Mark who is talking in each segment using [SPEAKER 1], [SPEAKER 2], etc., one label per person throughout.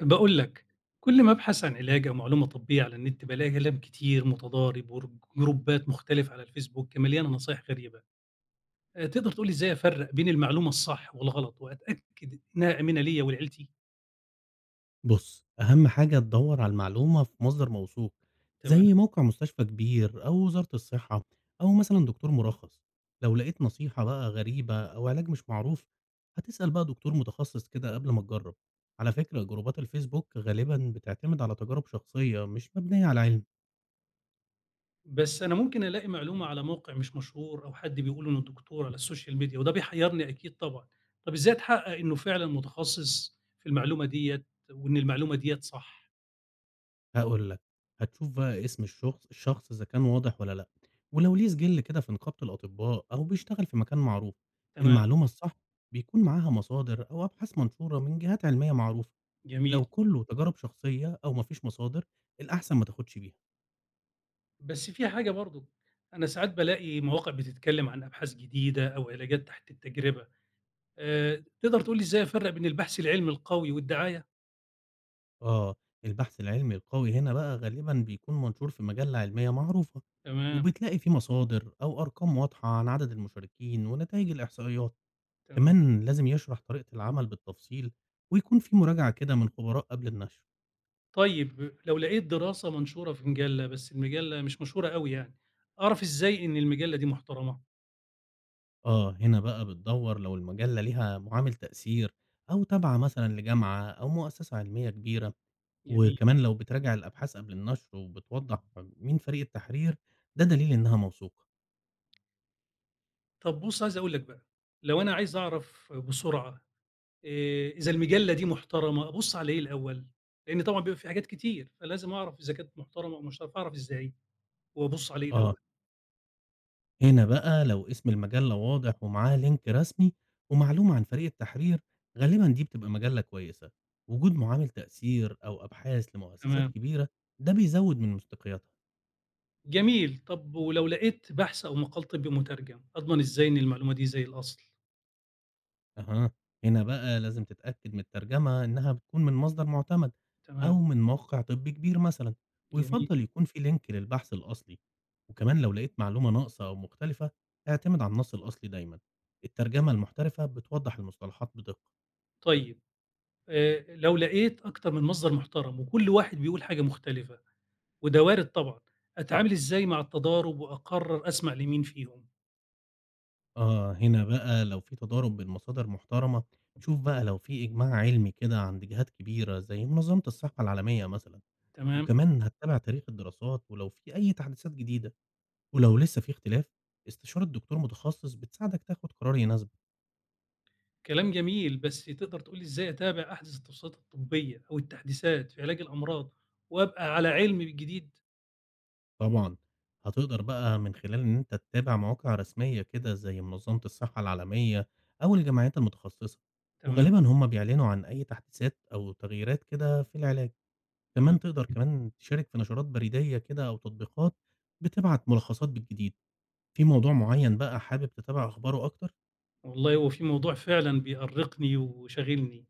[SPEAKER 1] باقول لك، كل ما أبحث عن علاج أو معلومة طبية على النت بالاقي كلام كتير متضارب جروبات مختلفة على الفيسبوك مليانة نصايح غريبة، تقدر تقول لي إزاي أفرّق بين المعلومة الصح والغلط وأتأكد إنها آمنة ليّا ولعيلتي؟
[SPEAKER 2] بُص، أهم حاجة تدوّر على المعلومة في مصدر موثوق،
[SPEAKER 1] تمام،
[SPEAKER 2] زي موقع مستشفى كبير أو وزارة الصحة أو مثلًا دكتور مُرخّص. لو لقيت نصيحة بقى غريبة أو علاج مش معروف، هتسأل بقى دكتور متخصص كده قبل ما تجرّب. على فكرة جروبات الفيسبوك غالبًا بتعتمد
[SPEAKER 1] تمام.
[SPEAKER 2] على تجارب شخصية مش مبنية على علم.
[SPEAKER 1] بس أنا ممكن ألاقي معلومة على موقع مش مشهور أو حد بيقول إنه دكتور على السوشيال ميديا وده بيحيرني أكيد طبعًا. طب إزاي أتحقق إنه فعلًا متخصص في المعلومة ديّة وإن المعلومة ديّة صح؟
[SPEAKER 2] هاقول لك، هتشوف بقى اسم الشخص إذا كان واضح والّا لأ، ولو ليه سجِل كده في نقابة الأطباء أو بيشتغل في مكان معروف،
[SPEAKER 1] تمام،
[SPEAKER 2] المعلومة الصح بيكون معاها مصادر أو أبحاث منشورة من جهات علمية معروفة. لو
[SPEAKER 1] جميل.
[SPEAKER 2] كُلّه تجارب شخصية أو ما فيش مصادر، الأحسن ما تاخدش بيها.
[SPEAKER 1] بس في حاجة برضه، أنا ساعات بالاقي مواقع بتتكلم عن أبحاث جديدة أو علاجات تحت التجربة، تقدر تقول لي إزاي أفرّق بين البحث العلمي القوي والدعاية؟
[SPEAKER 2] آه، البحث العلمي القوي هنا بقى غالبًا بيكون منشور في مجلة علمية معروفة،
[SPEAKER 1] تمام،
[SPEAKER 2] وبتلاقي فيه مصادر أو أرقام واضحة عن عدد المشاركين ونتايج الإحصائيات.
[SPEAKER 1] تمام.
[SPEAKER 2] كمان لازم يشرح طريقة العمل بالتفصيل، ويكون في مراجعة كده من خبراء قبل النشر.
[SPEAKER 1] طيب لو لقيت دراسة منشورة في مجلة، بس المجلة مش مشهورة أوي يعني، أعرف إزاي إن المجلة دي محترمة؟
[SPEAKER 2] آه، هنا بقى بتدوّر لو المجلة ليها معامل تأثير أو تابعة مثلًا لجامعة أو مؤسسة علمية كبيرة،
[SPEAKER 1] جميل.
[SPEAKER 2] وكمان لو بتراجع الأبحاث قبل النشر وبتوضح مين فريق التحرير، ده دليل إنها موثوقة.
[SPEAKER 1] طب بُص عايز أقول لك بقى، لو أنا عايز أعرف بسرعة إذا المجلة دي محترمة، أبُص على إيه الأول؟ لإن طبعًا بيبقى في حاجات كتير، فلازم أعرف إذا كانت محترمة أو مش محترمة، أعرف إزاي وأبُص على إيه الأول؟
[SPEAKER 2] آه، هنا بقى لو اسم المجلة واضح ومعاه لينك رسمي ومعلومة عن فريق التحرير، غالبا دي بتبقى مجلة كويسة. وجود معامل تأثير أو أبحاث لمؤسسات
[SPEAKER 1] تمام،
[SPEAKER 2] كبيرة ده بيزود من مصداقيتها.
[SPEAKER 1] جميل. طب ولو لقيت بحث أو مقال طبّي مترجم، أضمن إزاي إن المعلومة دي زي الأصل؟
[SPEAKER 2] أها، هنا بقى لازم تتأكد من الترجمة إنها بتكون من مصدر معتمد
[SPEAKER 1] تمام،
[SPEAKER 2] أو من موقع طبي كبير مثلا.
[SPEAKER 1] جميل.
[SPEAKER 2] ويفضل يكون في لينك للبحث الأصلي، وكمان لو لقيت معلومة ناقصة أو مختلفة اعتمد على النص الأصلي دايما. الترجمة المحترفة بتوضح المصطلحات بدقة.
[SPEAKER 1] طيب لو لقيت أكتر من مصدر محترم وكل واحد بيقول حاجة مختلفة وده وارد طبعًا، أتعامل إزاي مع التضارب وأقرر أسمع لمين فيهم؟
[SPEAKER 2] آه، هنا بقى لو في تضارب بين مصادر محترمة، شوف بقى لو في إجماع علمي كده عند جهات كبيرة زي منظمة الصحة العالمية مثلا،
[SPEAKER 1] تمام،
[SPEAKER 2] وكمان هتتابع تاريخ الدراسات ولو في أي تحديثات جديدة. ولو لسه في اختلاف، استشارة دكتور متخصص بتساعدك تاخد قرار يناسبك.
[SPEAKER 1] كلام جميل، بس تقدر تقول لي إزاي أتابع أحدث التوصيات الطبّية أو التحديثات في علاج الأمراض وأبقى على علم بالجديد؟
[SPEAKER 2] طبعا، هتقدر بقى من خلال إن أنت تتابع مواقع رسمية كده زي منظمة الصحة العالمية أو الجمعيات المتخصصة،
[SPEAKER 1] تمام،
[SPEAKER 2] وغالبا هم بيعلنوا عن أي تحديثات أو تغييرات كده في العلاج.
[SPEAKER 1] تمام.
[SPEAKER 2] كمان تقدر كمان تشارك في نشرات بريدية كده أو تطبيقات بتبعت ملخصات بالجديد. في موضوع معين بقى حابب تتابع أخباره أكتر؟
[SPEAKER 1] والله هو في موضوع فعلًا بيأرقني وشاغلني.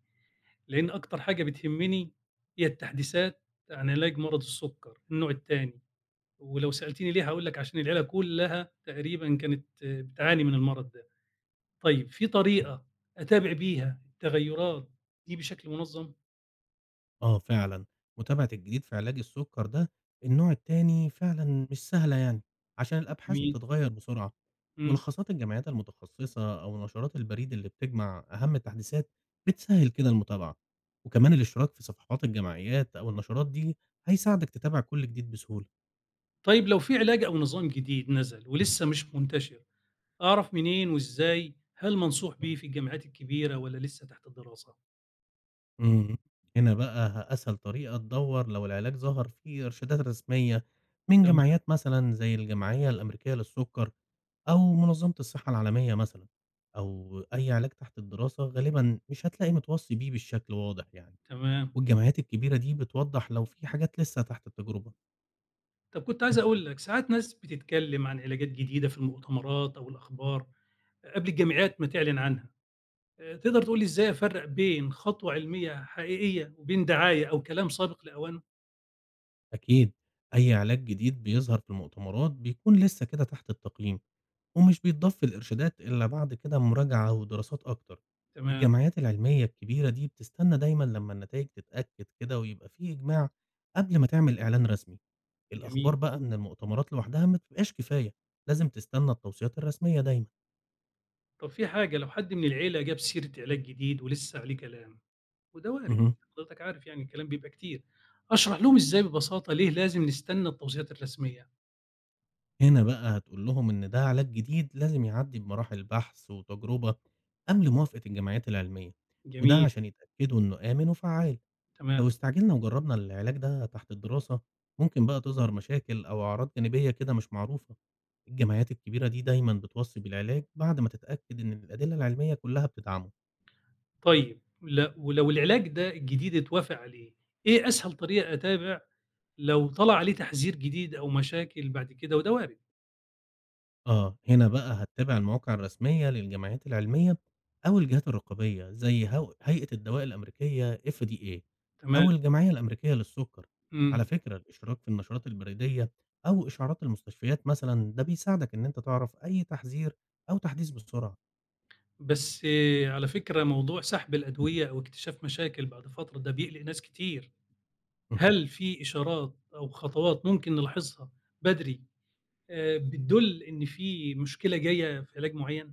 [SPEAKER 1] لإن أكتر حاجة بتهمني هي التحديثات عن علاج مرض السُكّر النوع التاني، ولو سألتيني ليه هاقول لِك عشان العيلة كلّها تقريبًا كانت بتعاني من المرض ده. طيب في طريقة أتابع بيها التغيُّرات دي بشكل منظَّم؟
[SPEAKER 2] آه فعلا، متابعة الجديد في علاج السكر ده النوع التاني فعلا مش سهلة يعني، عشان الأبحاث
[SPEAKER 1] جميل،
[SPEAKER 2] بتتغير بسرعة.
[SPEAKER 1] إمم.
[SPEAKER 2] ملخصات الجمعيات المتخصصة أو نشرات البريد اللي بتجمع أهم التحديثات بتسهل كده المتابعة، وكمان الاشتراك في صفحات الجمعيات أو النشرات دي هيساعدك تتابع كل جديد بسهولة.
[SPEAKER 1] طيب لو في علاج أو نظام جديد نزل ولسه مش منتشر، أعرف منين وإزاي؟ هل منصوح بيه في الجامعات الكبيرة والّا لسه تحت الدراسة؟
[SPEAKER 2] إمم، هنا بقى أسهل طريقة تدوّر لو العلاج ظهر في إرشادات رسمية من
[SPEAKER 1] تمام،
[SPEAKER 2] جمعيات مثلًا زي الجمعية الأمريكية للسُكّر أو منظمة الصحة العالمية مثلًا، أو أي علاج تحت الدراسة غالبًا مش هتلاقي متوصّي بيه بالشكل واضح يعني.
[SPEAKER 1] تمام.
[SPEAKER 2] والجمعيات الكبيرة دي بتوضّح لو في حاجات لسه تحت التجربة.
[SPEAKER 1] طب كنت عايز أقول لك، ساعات ناس بتتكلم عن علاجات جديدة في المؤتمرات أو الأخبار قبل الجامعات ما تعلن عنها، تقدر تقول لي إزاي أفرّق بين خطوة علمية حقيقية وبين دعاية أو كلام سابق لأوانه؟
[SPEAKER 2] أكيد، أي علاج جديد بيظهر في المؤتمرات بيكون لسه كده تحت التقييم. ومش بيتضاف الإرشادات إلا بعد كده مراجعة ودراسات أكتر.
[SPEAKER 1] تمام،
[SPEAKER 2] الجمعيات العلمية الكبيرة دي بتستنى دايمًا لمّا النتائج تتأكد كده ويبقى في إجماع قبل ما تعمل إعلان رسمي. الأخبار
[SPEAKER 1] جميل.
[SPEAKER 2] بقى من المؤتمرات لوحدها ما بتبقاش كفاية، لازم تستنى التوصيات الرسمية دايمًا.
[SPEAKER 1] طب في حاجة لو حد من العيلة جاب سيرة علاج جديد ولسه عليه كلام، وده وارد،
[SPEAKER 2] اهم.
[SPEAKER 1] حضرتك عارف يعني الكلام بيبقى كتير، أشرح لهم إزاي ببساطة ليه لازم نستنى التوصيات الرسمية؟
[SPEAKER 2] هنا بقى هتقول لهم إن ده علاج جديد لازم يعدي بمراحل بحث وتجربة قبل موافقة الجمعيات العلمية، وده
[SPEAKER 1] جميل،
[SPEAKER 2] عشان يتأكدوا إنه آمن وفعّال. لو
[SPEAKER 1] تمام.
[SPEAKER 2] استعجلنا وجربنا العلاج ده تحت الدراسة، ممكن بقى تظهر مشاكل أو أعراض جانبية كده مش معروفة. الجمعيات الكبيرة دي دايمًا بتوصي بالعلاج بعد ما تتأكد إن الأدلة العلمية كلها بتدعمه.
[SPEAKER 1] طيب ولو العلاج ده الجديد اتوافق عليه، إيه أسهل طريقة أتابع لو طلع عليه تحذير جديد أو مشاكل بعد كده وده وارد،
[SPEAKER 2] آه، هنا بقى هتتابع المواقع الرسمية للجمعيات العلمية أو الجهات الرقابية زي هيئة الدواء الأمريكية FDA
[SPEAKER 1] تمام،
[SPEAKER 2] أو الجمعية الأمريكية للسكر.
[SPEAKER 1] إمم،
[SPEAKER 2] على فكرة الإشراك في النشرات البريدية أو إشعارات المستشفيات مثلًا ده بيساعدك إن أنت تعرف أي تحذير أو تحديث بسرعة.
[SPEAKER 1] بس آه، على فكرة موضوع سحب الأدوية أو اكتشاف مشاكل بعد فترة ده بيقلق ناس كتير، هل في إشارات أو خطوات ممكن نلاحظها بدري بتدل إن في مشكلة جاية في علاج معين؟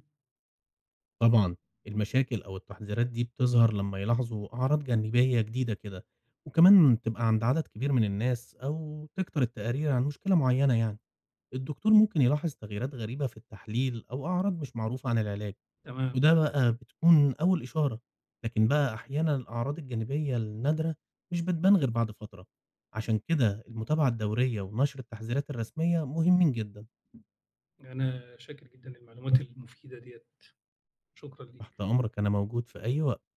[SPEAKER 2] طبعًا، المشاكل أو التحذيرات دي بتظهر لمّا يلاحظوا أعراض جانبية جديدة كده، وكمان تبقى عند عدد كبير من الناس أو تكتر التقارير عن مشكلة معينة يعني. الدكتور ممكن يلاحظ تغييرات غريبة في التحليل أو أعراض مش معروفة عن العلاج،
[SPEAKER 1] تمام،
[SPEAKER 2] وده بقى بتكون أول إشارة. لكن بقى أحيانًا الأعراض الجانبية النادرة مش بتبان غير بعد فترة، عشان كده المتابعة الدورية ونشر التحذيرات الرسمية مهمين جدًا.
[SPEAKER 1] أنا شاكر جدًا للمعلومات المفيدة ديّة، شكرًا
[SPEAKER 2] تحت
[SPEAKER 1] ليك.
[SPEAKER 2] أمرك، أنا موجود في أي وقت.